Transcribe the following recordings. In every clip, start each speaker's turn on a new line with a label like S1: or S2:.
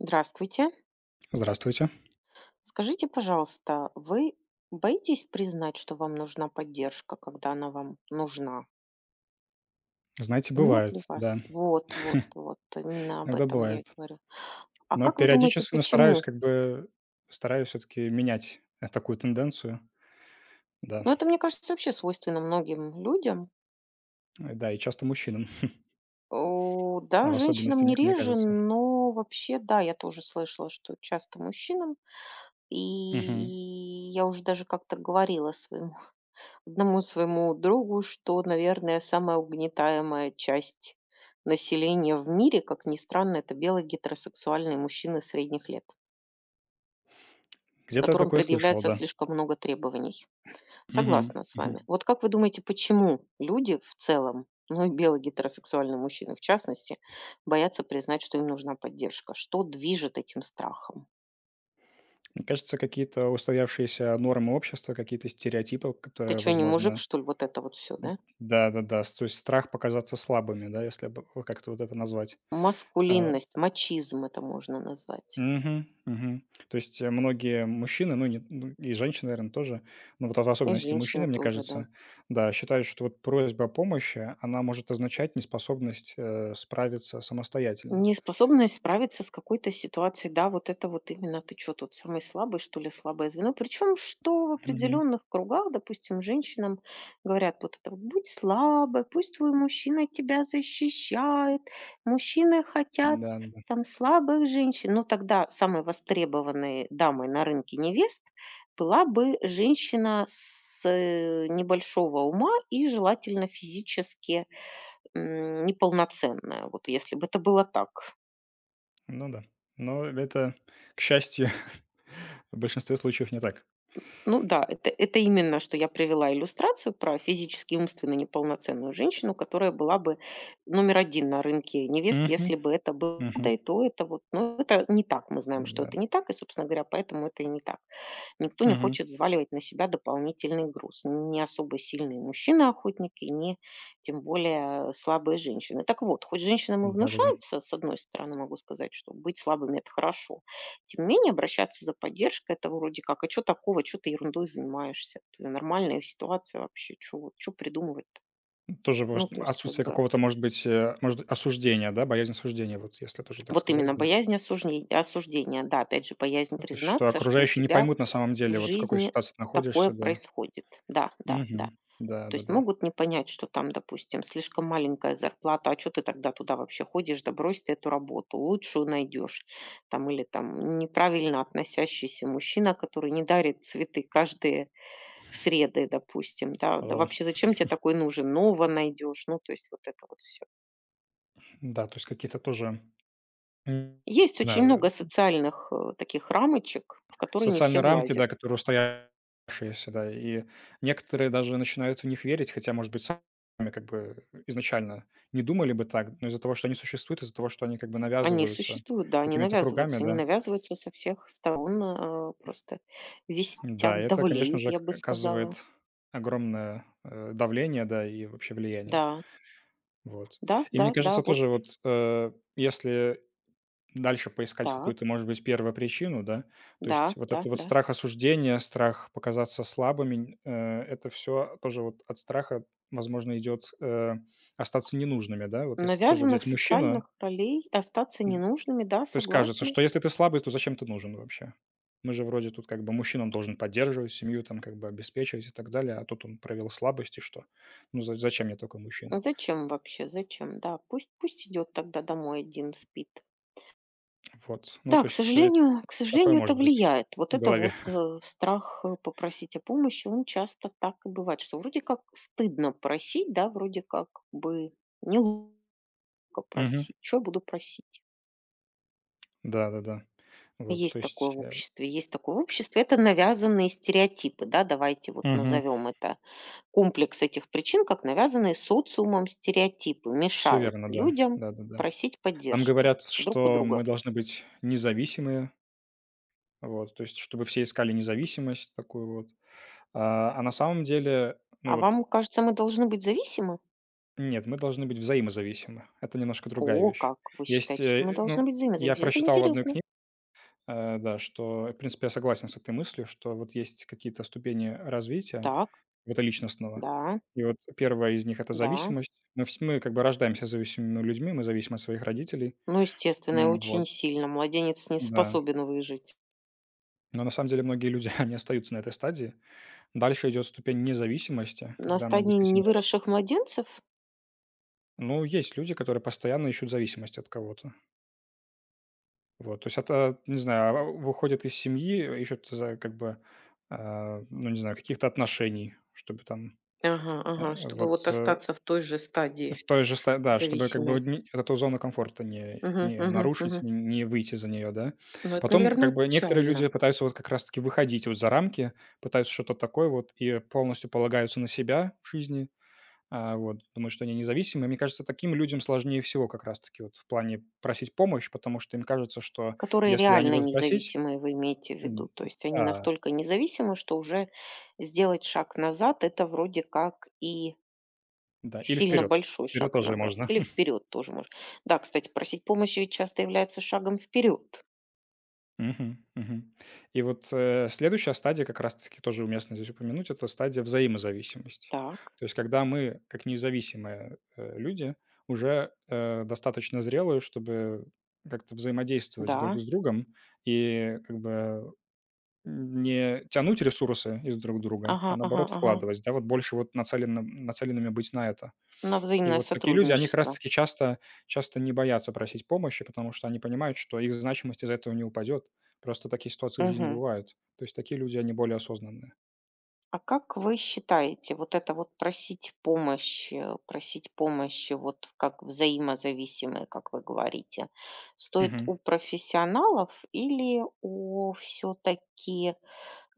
S1: Здравствуйте.
S2: Здравствуйте.
S1: Скажите, пожалуйста, вы боитесь признать, что вам нужна поддержка, когда она вам нужна?
S2: Знаете,
S1: Нет ли
S2: бывает, да,
S1: вас? Вот, вот, вот. Именно об
S2: иногда
S1: этом я и
S2: бывает.
S1: говорю. А
S2: Но
S1: как вы думаете,
S2: периодически, но стараюсь
S1: почему?
S2: стараюсь все-таки менять, такую тенденцию. Да,
S1: Ну, это, мне кажется, вообще свойственно многим людям.
S2: да, и часто мужчинам,
S1: О, да,
S2: а в
S1: женщинам
S2: особенности,
S1: не
S2: мне
S1: реже,
S2: кажется.
S1: но вообще, да, я тоже слышала, что часто мужчинам. И
S2: Мгм.
S1: я уже даже как-то говорила своему Одному своему другу, что, наверное, самая угнетаемая часть населения в мире, как ни странно, это белые гетеросексуальные мужчины средних лет,
S2: Где-то я
S1: которым
S2: такое слышал,
S1: предъявляется
S2: да.
S1: слишком много требований.
S2: Мгм,
S1: Согласна с
S2: мгм.
S1: вами. Вот как вы думаете, почему люди в целом, ну и белые гетеросексуальные мужчины в частности, боятся признать, что им нужна поддержка? Что движет этим страхом?
S2: Мне кажется, какие-то устоявшиеся нормы общества, какие-то стереотипы,
S1: Ты
S2: которые,
S1: что, не мужик,
S2: возможно.
S1: что ли, вот это вот все, да?
S2: Да-да-да, то есть страх показаться слабыми, да, если бы, вот как-то вот это назвать. А
S1: Маскулинность, мачизм это можно назвать.
S2: Мгм, мгм. То есть, многие мужчины, ну, не ну, и женщины, наверное, тоже, но вот в
S1: И
S2: особенности мужчины,
S1: женщины
S2: мне
S1: тоже, да.
S2: кажется, да, считают, что вот просьба о помощи, она может означать неспособность, справиться самостоятельно.
S1: Неспособность справиться с какой-то ситуацией. Да, вот это вот именно ты что тут, самый слабый, что ли, слабое звено. Причем, что в
S2: Мгм.
S1: определенных кругах, допустим, женщинам говорят вот это вот, будь слабой, пусть твой мужчина тебя защищает, мужчины хотят
S2: Да, да.
S1: там слабых женщин. Ну, тогда самой востребованной дамой на рынке невест была бы женщина с небольшого ума и желательно физически неполноценная, вот если бы это было так.
S2: Ну да. Но это, к счастью, в большинстве случаев не так.
S1: Ну да, это именно, что я привела иллюстрацию про физически и умственно неполноценную женщину, которая была бы номер один на рынке невест,
S2: Мгм,
S1: если бы это было,
S2: мгм.
S1: да и то это вот. Но это не так, мы знаем, что
S2: Да.
S1: это не так, и, собственно говоря, поэтому это и не так. Никто не
S2: Мгм.
S1: хочет взваливать на себя дополнительный груз. Не особо сильные мужчины-охотники, не тем более слабые женщины. Так вот, хоть женщинам и
S2: Да-да-да.
S1: внушается, с одной стороны, могу сказать, что быть слабыми — это хорошо, тем не менее, обращаться за поддержкой — это вроде как: «А чё такого? Чё ты ерундой занимаешься? Это нормальная ситуация вообще. Чё вот чё придумывать-то?»
S2: Тоже
S1: Ну,
S2: может
S1: то есть как
S2: отсутствие
S1: бы
S2: какого-то, может быть, может, осуждения, да, боязнь осуждения, вот если тоже так
S1: вот
S2: сказать,
S1: именно
S2: да?
S1: боязнь осуждень осуждения. Да, опять же, боязнь
S2: Что
S1: признаться, что у
S2: окружающие не
S1: тебя
S2: поймут на самом
S1: в
S2: деле, вот в какой
S1: жизни
S2: ситуации ты
S1: такое
S2: находишься, да.
S1: происходит. Да, да, да.
S2: Мгм.
S1: То есть
S2: Да-да-да.
S1: могут не понять, что там, допустим, слишком маленькая зарплата. «А чё ты тогда туда вообще ходишь? Да брось ты эту работу, лучшую найдёшь». Там или там неправильно относящийся мужчина, который не дарит цветы каждые среды, допустим, да, да
S2: О,
S1: вообще зачем тебе такой нужен, нового найдешь, ну, то есть вот это вот все.
S2: да, то есть какие-то тоже, не
S1: Есть очень много
S2: знаю,
S1: социальных таких рамочек, в которые не все
S2: социальные рамки,
S1: влазят.
S2: да, которые устоявшиеся, да, и некоторые даже начинают в них верить, хотя, может быть, сами как бы изначально не думали бы так, но из-за того, что они существуют, из-за того, что они как бы
S1: Они
S2: навязываются
S1: существуют, да,
S2: какими-то кругами,
S1: они
S2: да.
S1: навязываются со всех сторон, просто висят,
S2: Да, это, конечно
S1: давлеют,
S2: же,
S1: я бы сказала.
S2: оказывает огромное, давление, да, и вообще влияние.
S1: Да,
S2: Вот.
S1: да,
S2: И мне
S1: да, да,
S2: кажется,
S1: вот
S2: тоже вот, если дальше поискать
S1: так,
S2: какую-то, может быть, первую причину, да, то
S1: да,
S2: есть вот
S1: да,
S2: это вот
S1: да.
S2: страх осуждения, страх показаться слабыми, это все тоже вот от страха, возможно, идет, остаться ненужными, да, вот если тоже
S1: Навязанных
S2: взять мужчину,
S1: социальных ролей остаться
S2: м,
S1: ненужными, да,
S2: то есть кажется,
S1: согласна.
S2: что если ты слабый, то зачем ты нужен вообще? Мы же вроде тут как бы мужчина, он должен поддерживать семью, там как бы обеспечивать и так далее, а тут он провел слабость и что? Зачем мне такой мужчина?
S1: Зачем вообще, зачем, да, пусть, пусть идет тогда домой один спит.
S2: Вот. Ну
S1: Да,
S2: то
S1: к
S2: есть,
S1: сожалению к
S2: такое
S1: сожалению, это
S2: может быть
S1: влияет. Вот
S2: в
S1: это
S2: голове.
S1: вот, страх, попросить о помощи, он часто так и бывает, что вроде как стыдно просить, да, вроде как бы неловко
S2: Мгм.
S1: просить. Чё я буду просить?
S2: Да-да-да. Вот,
S1: Есть
S2: то есть,
S1: такое в
S2: все
S1: обществе есть такое в обществе. Это навязанные стереотипы, да, давайте вот назовем это. Комплекс этих причин, как навязанные социумом стереотипы, мешают
S2: верно, да.
S1: людям
S2: Да-да-да.
S1: просить
S2: Нам
S1: поддержки
S2: говорят,
S1: друг у
S2: что
S1: друга.
S2: мы должны быть независимые, вот, то есть чтобы все искали независимость такую вот. На самом деле, ну
S1: А
S2: вот,
S1: вам кажется, мы должны быть зависимы?
S2: нет, мы должны быть взаимозависимы. Это немножко другая
S1: О,
S2: вещь.
S1: как вы
S2: Есть,
S1: считаете, что мы должны быть
S2: я
S1: взаимозависимы? Это
S2: прочитал в одной
S1: интересно.
S2: книге. Да, что, в принципе, я согласен с этой мыслью, что вот есть какие-то ступени развития,
S1: Так,
S2: вот, личностного.
S1: да,
S2: И вот одна из них — это
S1: да.
S2: зависимость. Мы как бы рождаемся зависимыми людьми, мы зависим от своих родителей.
S1: Ну, естественно, и
S2: Вот,
S1: очень сильно. Младенец не
S2: да.
S1: способен выжить.
S2: Но на самом деле многие люди, они остаются на этой стадии. Дальше идет ступень независимости,
S1: На
S2: когда мы
S1: стадии
S2: действительно вот
S1: невыросших младенцев?
S2: ну, есть люди, которые постоянно ищут зависимость от кого-то. Вот, то есть это, не знаю, выходят из семьи, ищут за как бы, а, ну, не знаю, каких-то отношений, чтобы там.
S1: Ага, ага,
S2: Э,
S1: чтобы
S2: вот,
S1: вот
S2: э,
S1: остаться в той же стадии
S2: в той же ста да, чтобы как бы
S1: зависимой.
S2: одни вот эту зону комфорта не
S1: Угу,
S2: не
S1: угу,
S2: нарушить,
S1: угу.
S2: не выйти за нее, да.
S1: Ну, это,
S2: Потом как
S1: наверное,
S2: бы некоторые люди
S1: печально.
S2: пытаются вот как раз таки выходить вот за рамки, пытаются что-то такое вот и полностью полагаются на себя в жизни, вот, думают, что они независимы. Мне кажется, таким людям сложнее всего как раз таки вот в плане просить помощь, потому что им кажется, что
S1: Которые
S2: если они
S1: реально
S2: будут просить,
S1: независимые, вы имеете в виду.
S2: м,
S1: То есть они
S2: да,
S1: настолько независимы, что уже сделать шаг назад, это вроде как и
S2: да, или
S1: сильно
S2: вперед,
S1: большой
S2: вперед
S1: шаг
S2: тоже
S1: назад
S2: можно.
S1: или вперед тоже может. Да, кстати, просить помощи ведь часто является шагом вперед.
S2: Мгм, мгм. И вот, следующая стадия, как раз таки тоже уместно здесь упомянуть, это стадия взаимозависимости.
S1: Так,
S2: То есть когда мы, как независимые, люди, уже, достаточно зрелые, чтобы как-то взаимодействовать
S1: да.
S2: друг с другом и как бы не тянуть ресурсы из друг друга, а
S1: Ага, ага,
S2: наоборот
S1: ага.
S2: вкладывать, да, вот больше вот нацеленно нацеленными быть на это.
S1: На
S2: И
S1: взаимное
S2: вот такие люди, они как раз
S1: сотрудничество.
S2: таки часто не боятся просить помощи, потому что они понимают, что их значимость из-за этого не упадет. Просто такие ситуации в жизни
S1: Мгм.
S2: бывают. То есть такие люди, они более осознанные.
S1: А как вы считаете, вот это вот просить помощи, просить помощи, вот как взаимозависимые, как вы говорите, стоит
S2: Мгм.
S1: у профессионалов или у все-таки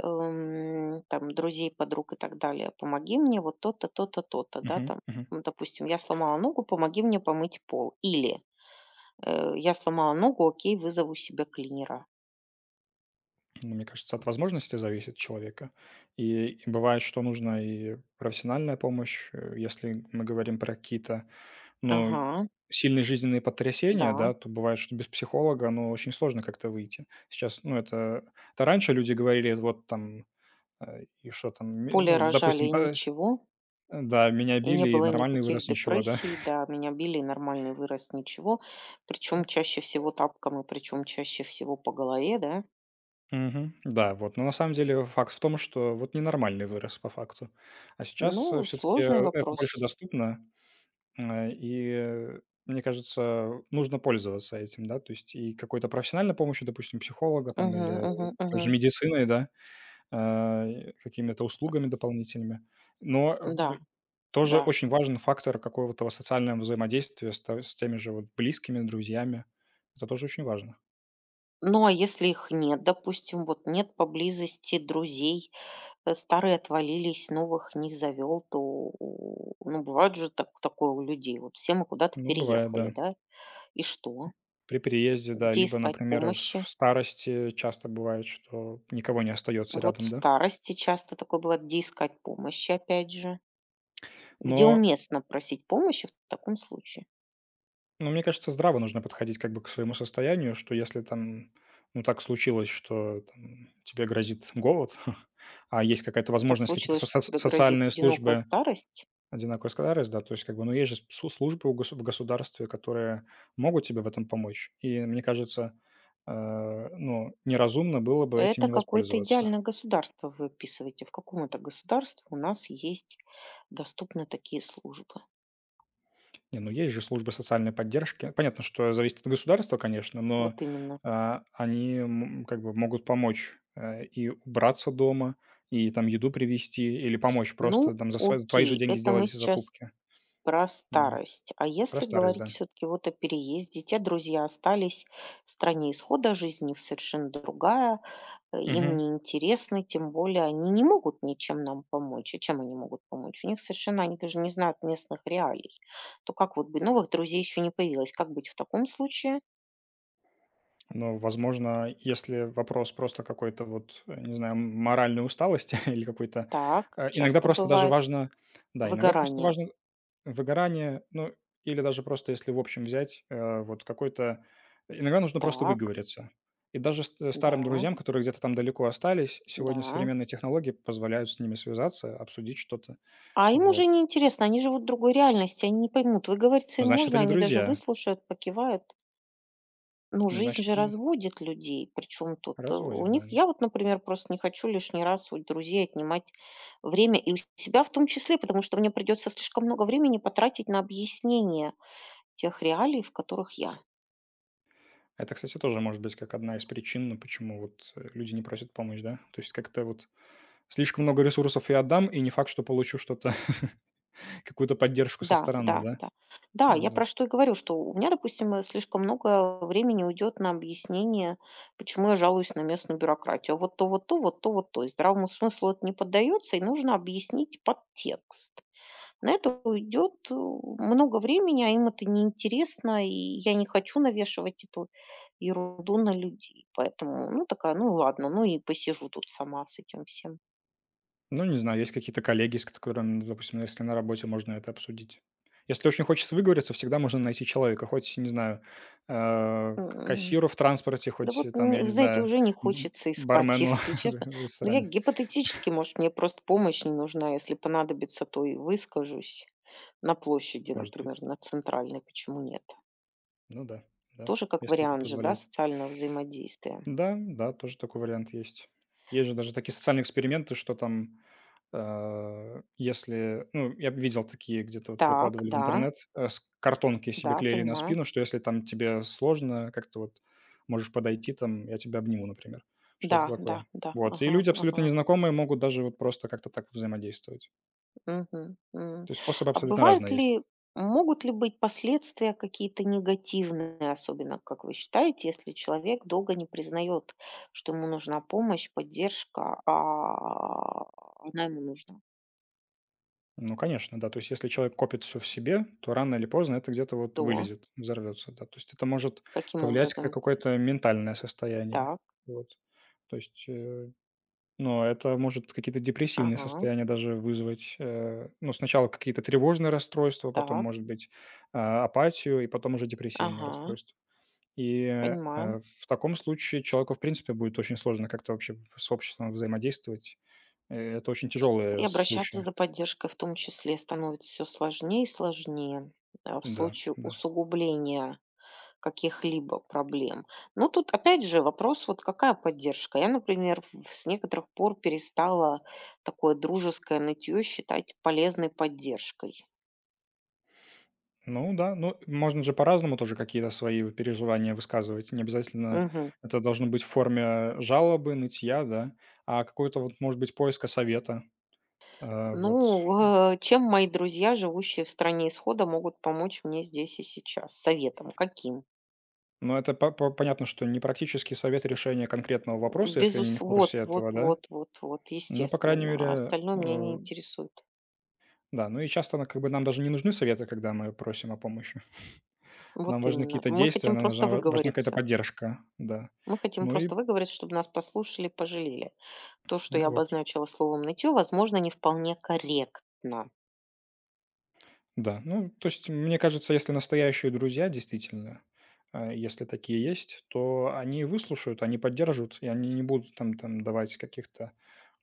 S1: там, друзей, подруг и так далее. Помоги мне вот то-то, то-то, то-то, да,
S2: Мгм.
S1: там,
S2: Мгм.
S1: ну, допустим, я сломала ногу, помоги мне помыть пол. Или я сломала ногу, окей, вызову себе клинера.
S2: Ну, мне кажется, от возможности зависит человека. И бывает, что нужна и профессиональная помощь. Если мы говорим про какие-то, ну,
S1: Ага,
S2: сильные жизненные потрясения,
S1: да.
S2: да, то бывает, что без психолога, ну, очень сложно как-то выйти. Сейчас, ну, это раньше люди говорили, вот там. А, и что там, ми
S1: Поле
S2: ну,
S1: рожали
S2: допустим,
S1: и
S2: та сь
S1: ничего.
S2: да, меня
S1: И не
S2: били, и
S1: было
S2: нормальный
S1: никаких
S2: вырос, ничего, да.
S1: депрессий, да, меня били, и нормальный вырос, ничего. Причем чаще всего тапками, причем чаще всего по голове, да.
S2: Мгм. Да, вот. Но на самом деле факт в том, что вот ненормальный вырос по факту. А сейчас,
S1: Ну,
S2: все таки
S1: сложный
S2: это больше
S1: вопрос.
S2: доступно, э, и, э, мне кажется, нужно пользоваться этим, да. То есть и какой-то профессиональной помощью, допустим, психолога там
S1: Мгм,
S2: или
S1: мгм,
S2: той же
S1: мгм.
S2: медицины, да. а, какими-то услугами дополнительными. Но, э,
S1: Да,
S2: б тоже
S1: да.
S2: очень важен фактор какого-то социального взаимодействия с теми же вот близкими, друзьями. Это тоже очень важно.
S1: Ну, а если их нет, допустим, вот нет поблизости друзей, старые отвалились, новых не завел, то, ну, бывает же так, такое у людей. Вот все мы куда-то
S2: Ну, бывает,
S1: переехали,
S2: да.
S1: да? И что?
S2: При переезде, да,
S1: Где
S2: либо,
S1: искать
S2: например,
S1: помощи?
S2: в старости часто бывает, что никого не остается
S1: Вот в
S2: рядом, да.
S1: старости часто такое бывает, где искать помощи, опять же. Где
S2: Но,
S1: уместно просить помощи в таком случае?
S2: мне кажется, здраво нужно подходить как бы к своему состоянию, что если там, ну, так случилось, что там тебе грозит голод, а есть какая-то
S1: Так
S2: возможность, какие-то
S1: случилось,
S2: со
S1: что
S2: соц
S1: тебе грозит
S2: социальные
S1: одинокая
S2: службы.
S1: старость.
S2: Одинаковая скорость, да, то есть как бы, ну, есть же с службы у госу в государстве, которые могут тебе в этом помочь. И мне кажется, ну, неразумно было бы этим
S1: Это
S2: не
S1: какое-то
S2: воспользоваться.
S1: идеальное государство вы описываете. В каком это государстве у нас есть доступны такие службы?
S2: Не, ну, есть же службы социальной поддержки. Понятно, что зависит от государства, конечно, но,
S1: Вот именно.
S2: они, как бы могут помочь, и убраться дома, и там еду привезти, или помочь просто
S1: Ну,
S2: там за твои же
S1: окей,
S2: деньги
S1: это мы
S2: сделать эти
S1: сейчас
S2: закупки.
S1: про
S2: Да,
S1: старость. А
S2: про
S1: если
S2: старость,
S1: говорить
S2: да.
S1: все-таки вот о переезде, те друзья остались в стране исхода, жизнь у них совершенно другая, им
S2: Мгм.
S1: не интересны, тем более они не могут ничем нам помочь. А чем они могут помочь? У них совершенно, они даже не знают местных реалий. То как вот бы новых друзей еще не появилось? Как быть в таком случае?
S2: Но, возможно, если вопрос просто какой-то вот, не знаю, моральной усталости или какой-то
S1: Так,
S2: э, иногда
S1: часто
S2: просто даже
S1: бывает
S2: важно да, иногда просто
S1: выгорание.
S2: важно выгорание, ну, или даже просто если в общем взять, вот какой-то иногда нужно просто
S1: Так,
S2: выговориться. И даже ст старым
S1: да,
S2: друзьям, которые где-то там далеко остались, сегодня
S1: да.
S2: современные технологии позволяют с ними связаться, обсудить что-то.
S1: А им
S2: Вот.
S1: уже не интересно, они живут в другой реальности, они не поймут. Выговориться
S2: Ну,
S1: им
S2: значит, это
S1: можно,
S2: не
S1: они даже
S2: друзья.
S1: выслушают, покивают. Ну,
S2: Ну,
S1: жизнь
S2: значит,
S1: же
S2: они
S1: разводит людей. Причем тут у
S2: разводят,
S1: них,
S2: да.
S1: я вот, например, просто не хочу лишний раз у друзей отнимать время, и у себя в том числе, потому что мне придется слишком много времени потратить на объяснение тех реалий, в которых я.
S2: Это, кстати, тоже может быть как одна из причин, ну, почему вот, люди не просят помочь, да? То есть как-то вот слишком много ресурсов я отдам, и не факт, что получу что-то, какую-то поддержку со
S1: Да,
S2: стороны,
S1: да,
S2: да?
S1: да. Да, я
S2: М-да.
S1: про что и говорю, что у меня, допустим, слишком много времени уйдет на объяснение, почему я жалуюсь на местную бюрократию. Вот то, вот то, вот то, вот то. И здравому смыслу это не поддается, и нужно объяснить подтекст. На это уйдет много времени, а им это неинтересно, и я не хочу навешивать эту ерунду на людей. Поэтому, ну, такая, ну, ладно, ну и посижу тут сама с этим всем.
S2: Ну, не знаю, есть какие-то коллеги, с которыми, ну, допустим, если на работе можно это обсудить. Если очень хочется выговориться, всегда можно найти человека. Хоть, не знаю, к
S1: Мгм.
S2: кассиру в транспорте,
S1: Да
S2: хоть
S1: вот,
S2: э, там, я
S1: мне,
S2: не
S1: знаете,
S2: знаю,
S1: уже не
S2: б
S1: хочется искать,
S2: бармену
S1: если честно.
S2: в
S1: Но я
S2: ресторане,
S1: гипотетически, может, мне просто помощь не нужна, если понадобится, то и выскажусь. На площади,
S2: может быть.
S1: например, на центральной, почему нет?
S2: Ну да, да,
S1: Тоже как
S2: если это
S1: вариант же, да,
S2: позволяет.
S1: социального взаимодействия.
S2: Да, да, тоже такой вариант есть. Есть же даже такие социальные эксперименты, что там, если, ну, я б видел такие, где-то вот
S1: Так,
S2: выкладывали в
S1: да,
S2: интернет, с картонки себе
S1: да,
S2: клеили на
S1: понимаю.
S2: спину, что если там тебе сложно, как-то вот можешь подойти там, я тебя обниму, например, что-то
S1: Да, да,
S2: такое.
S1: да,
S2: Вот, и
S1: ага,
S2: люди абсолютно
S1: ага.
S2: незнакомые могут даже вот просто как-то так взаимодействовать.
S1: Мгм, м.
S2: То есть способы
S1: А
S2: абсолютно
S1: бывают
S2: разные есть.
S1: ли, могут ли быть последствия какие-то негативные, особенно, как вы считаете, если человек долго не признает, что ему нужна помощь, поддержка, а она ему нужна?
S2: Ну, конечно, да. То есть, если человек копит все в себе, то рано или поздно это где-то вот
S1: То,
S2: вылезет, взорвется, да. То есть это может
S1: каким
S2: повлиять как
S1: образом?
S2: какое-то ментальное состояние.
S1: Так,
S2: Вот. То есть, ну, это может какие-то депрессивные
S1: ага,
S2: состояния даже вызвать. Ну, сначала какие-то тревожные расстройства, потом,
S1: так,
S2: может быть, апатию и потом уже депрессивные
S1: ага,
S2: расстройства. И,
S1: понимаю.
S2: в таком случае человеку, в принципе, будет очень сложно как-то вообще в с обществом взаимодействовать. Это очень
S1: И
S2: тяжелые
S1: обращаться
S2: случаи.
S1: за поддержкой в том числе становится все сложнее и сложнее. А в
S2: Да,
S1: случае
S2: да.
S1: усугубления каких-либо проблем. Ну, тут опять же вопрос, вот какая поддержка. Я, например, в с некоторых пор перестала такое дружеское нытье считать полезной поддержкой.
S2: Ну да, ну, можно же по-разному тоже какие-то свои вы переживания высказывать. Не обязательно
S1: Мгм.
S2: это должно быть в форме жалобы, нытья, да, а какой-то вот, может быть, поиска совета.
S1: Ну,
S2: Вот.
S1: э, чем мои друзья, живущие в стране исхода, могут помочь мне здесь и сейчас? Советом каким?
S2: Но это по понятно, что не практический совет решения конкретного вопроса, если они
S1: Безус,
S2: не в
S1: вот,
S2: курсе этого,
S1: вот,
S2: да.
S1: вот, вот, вот,
S2: Но, по крайней
S1: естественно. А
S2: мере,
S1: остальное меня не интересует.
S2: да, ну и часто на как бы нам даже не нужны советы, когда мы просим о помощи.
S1: Вот
S2: Нам важны
S1: именно.
S2: какие-то
S1: Мы
S2: действия,
S1: хотим
S2: нам
S1: просто
S2: нужна важна какая-то
S1: выговориться.
S2: поддержка, да.
S1: Мы хотим
S2: Ну и
S1: просто выговориться, чтобы нас послушали, пожалели. То, что я
S2: ну вот.
S1: обозначила словом «нытьё», возможно, не вполне корректно.
S2: Да, ну, то есть, мне кажется, если настоящие друзья, действительно, если такие есть, то они выслушают, они поддержат, и они не будут там, там давать каких-то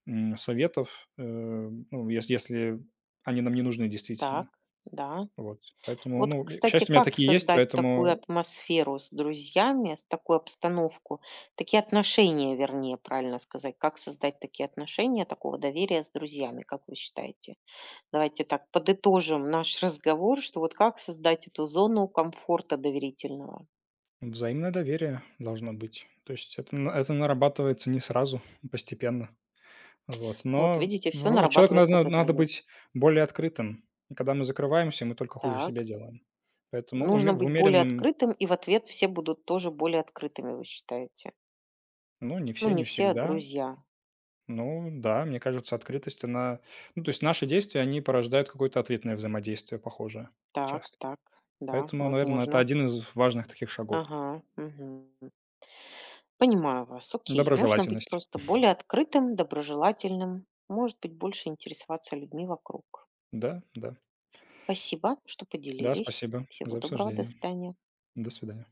S2: советов, ну, если они нам не нужны
S1: Так,
S2: действительно.
S1: да.
S2: Вот. Поэтому,
S1: Вот,
S2: ну, и, к
S1: кстати,
S2: счастью, у меня
S1: как
S2: такие есть,
S1: создать такую
S2: поэтому
S1: атмосферу с друзьями, с такую обстановку, такие отношения, вернее, правильно сказать. Как создать такие отношения, такого доверия с друзьями, как вы считаете? Давайте так подытожим наш разговор, что вот как создать эту зону комфорта доверительного.
S2: взаимное доверие должно быть. То есть это, это нарабатывается не сразу, постепенно. Вот,
S1: Вот
S2: но
S1: видите, все
S2: в человеку
S1: нарабатывается
S2: надо
S1: годами.
S2: быть более открытым. И когда мы закрываемся, мы только хуже
S1: Так.
S2: себе делаем. Поэтому
S1: Нужно быть более
S2: умеренном
S1: открытым, и в ответ все будут тоже более открытыми, вы считаете?
S2: ну, не
S1: Ну,
S2: все,
S1: не
S2: не
S1: все, а
S2: всегда.
S1: друзья.
S2: Ну да, мне кажется, открытость, она ну, то есть наши действия, они порождают какое-то ответное взаимодействие похожее
S1: Так,
S2: часто.
S1: так, да,
S2: Поэтому, наверное, это
S1: возможно.
S2: один из важных таких шагов.
S1: Ага, мгм. Понимаю вас. Окей, нужно быть
S2: Доброжелательность.
S1: просто более открытым, доброжелательным, может быть, больше интересоваться людьми вокруг.
S2: Да, да.
S1: Спасибо, что
S2: Да,
S1: поделились.
S2: спасибо
S1: Всего
S2: за
S1: доброго, до
S2: обсуждение.
S1: свидания.
S2: До свидания.